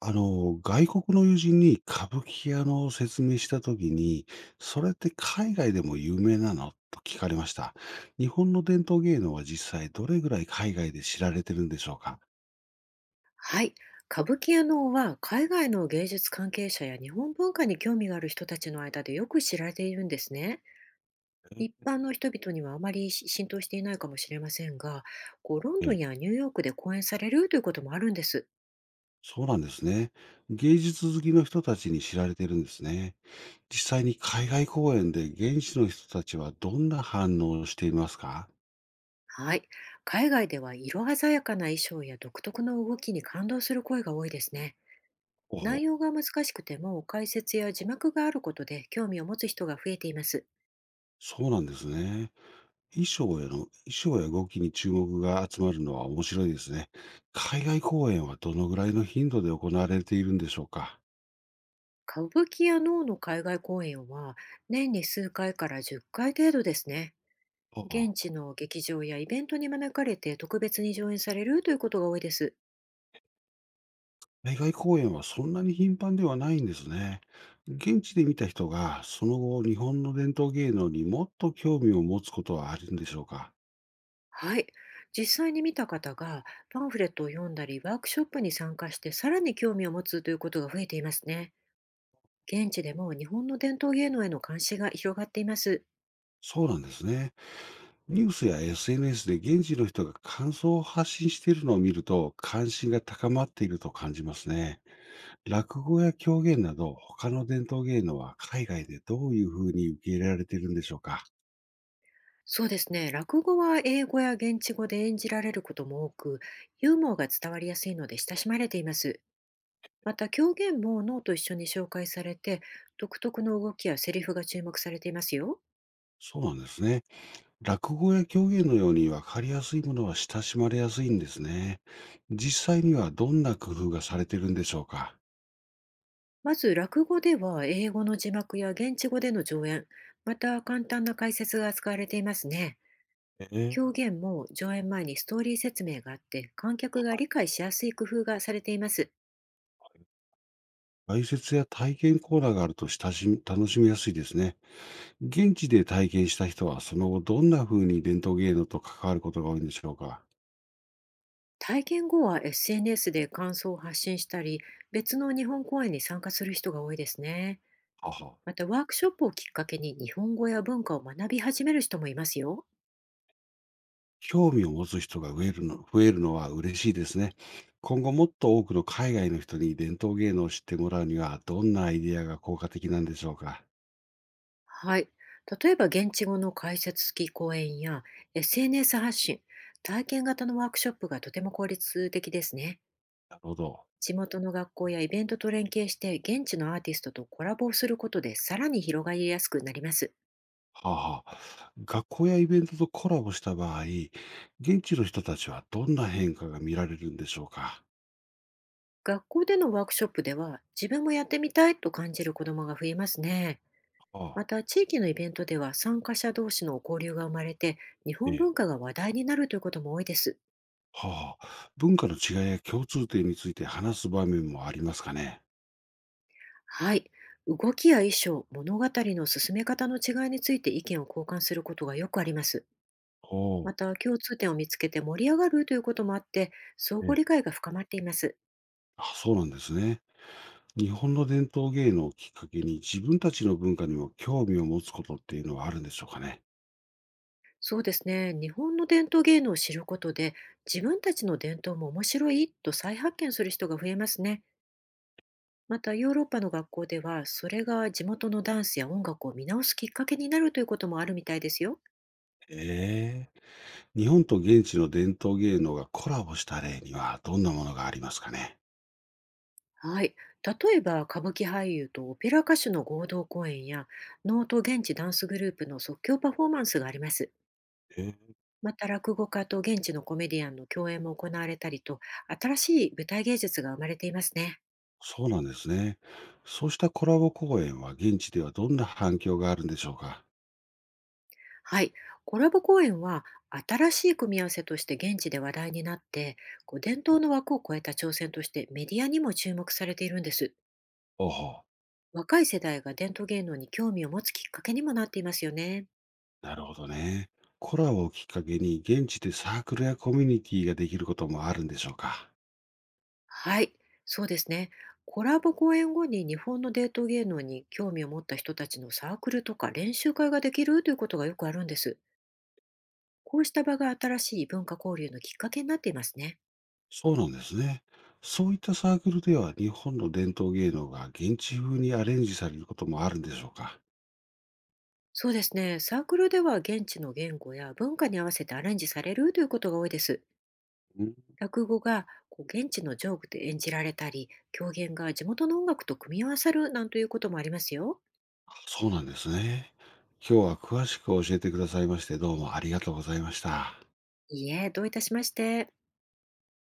外国の友人に歌舞伎屋の説明したときに、それって海外でも有名なのと聞かれました。日本の伝統芸能は実際どれぐらい海外で知られてるんでしょうか？はい。歌舞伎や能は海外の芸術関係者や日本文化に興味がある人たちの間でよく知られているんですね。一え般の人々にはあまり浸透していないかもしれませんが、こうロンドンえ、やニューヨークで公演されるということもあるんです。そうなんですね。芸術好きの人たちに知られてるんですね。実際に海外公演で現地の人たちはどんな反応をしていますか？はい。海外では色鮮やかな衣装や独特の動きに感動する声が多いですね。お内お、容が難しくても解説や字幕があることで興味を持つ人が増えています。そうなんですね。衣装や動きに注目が集まるのは面白いですね。海外公演はどのぐらいの頻度で行われているんでしょうか？歌舞伎や能の海外公演は、年に数回から10回程度ですね。現ああ、地の劇場やイベントに招かれて、特別に上演されるということが多いです。海外公演はそんなに頻繁ではないんですね。現地で見た人が、その後、日本の伝統芸能にもっと興味を持つことはあるんでしょうか？はい。実際に見た方が、パンフレットを読んだりワークショップに参加して、さらに興味を持つということが増えていますね。現地でも日本の伝統芸能への関心が広がっています。そうなんですね。ニュースや SNS で現地の人が感想を発信しているのを見ると、関心が高まっていると感じますね。落語や狂言など、他の伝統芸能は海外でどういうふうに受け入れられているんでしょうか？そうですね。落語は英語や現地語で演じられることも多く、ユーモアが伝わりやすいので親しまれています。また、狂言も脳と一緒に紹介されて、独特の動きやセリフが注目されていますよ。そうなんですね。落語や狂言のように分かりやすいものは親しまれやすいんですね。実際にはどんな工夫がされているんでしょうか？まず落語では、英語の字幕や現地語での上演、また簡単な解説が使われていますね。え狂え、言も上演前にストーリー説明があって、観客が理解しやすい工夫がされています。解説や体験コーナーがあると親しみ楽しみやすいですね。現地で体験した人は、その後どんな風に伝統芸能と関わることが多いんでしょうか。体験後は SNS で感想を発信したり、別の日本公演に参加する人が多いですね。はは、またワークショップをきっかけに、日本語や文化を学び始める人もいますよ。興味を持つ人が増えるのは嬉しいですね。今後もっと多くの海外の人に伝統芸能を知ってもらうには、どんなアイデアが効果的なんでしょうか。はい。例えば現地語の解説付き講演や SNS 発信、体験型のワークショップがとても効率的ですね。なるほど。地元の学校やイベントと連携して、現地のアーティストとコラボをすることで、さらに広がりやすくなります。はあ、はあ。学校やイベントとコラボした場合、現地の人たちはどんな変化が見られるんでしょうか。学校でのワークショップでは、自分もやってみたいと感じる子どもが増えますね。はあ、また地域のイベントでは、参加者同士の交流が生まれて、日え本文え。化が話題になるということも多いです。はあ。文化の違いや共通点について話す場面もありますかね。はい。動きや衣装、物語の進め方の違いについて意見を交換することがよくあります。ほまう。た、共通点を見つけて盛り上がるということもあって、相え互理え。解が深まっています。あ、そうなんですね。日本の伝統芸能をきっかけに自分たちの文化にも興味を持つことっていうのはあるんでしょうかね。そうですね。日本の伝統芸能を知ることで、自分たちの伝統も面白いと再発見する人が増えますね。また、ヨーロッパの学校では、それが地元のダンスや音楽を見直すきっかけになるということもあるみたいですよ。ええ、日本と現地の伝統芸能がコラボした例にはどんなものがありますかね。はい。例えば、歌舞伎俳優とオペラ歌手の合同公演や、能と現地ダンスグループの即興パフォーマンスがあります。ええ、また、落語家と現地のコメディアンの共演も行われたりと、新しい舞台芸術が生まれていますね。そうなんですね。そうしたコラボ公演は現地ではどんな反響があるんでしょうか。はい。コラボ公演は、新しい組み合わせとして現地で話題になって、こう伝統の枠を超えた挑戦として、メディアにも注目されているんです。おお、若い世代が伝統芸能に興味を持つきっかけにもなっていますよね。なるほどね。コラボをきっかけに現地でサークルやコミュニティができることもあるんでしょうか。はい、そうですね。コラボ公演後に、日本の伝統芸能に興味を持った人たちのサークルとか練習会ができるということがよくあるんです。こうした場が新しい文化交流のきっかけになっていますね。そうなんですね。そういったサークルでは日本の伝統芸能が現地風にアレンジされることもあるんでしょうか？そうですね。サークルでは、現地の言語や文化に合わせてアレンジされるということが多いです。うん、落語がこう現地のジョークで演じられたり、狂言が地元の音楽と組み合わさるなんということもありますよ。そうなんですね。今日は詳しく教えてくださいましてどうもありがとうございました。いいえ、どういたしまして。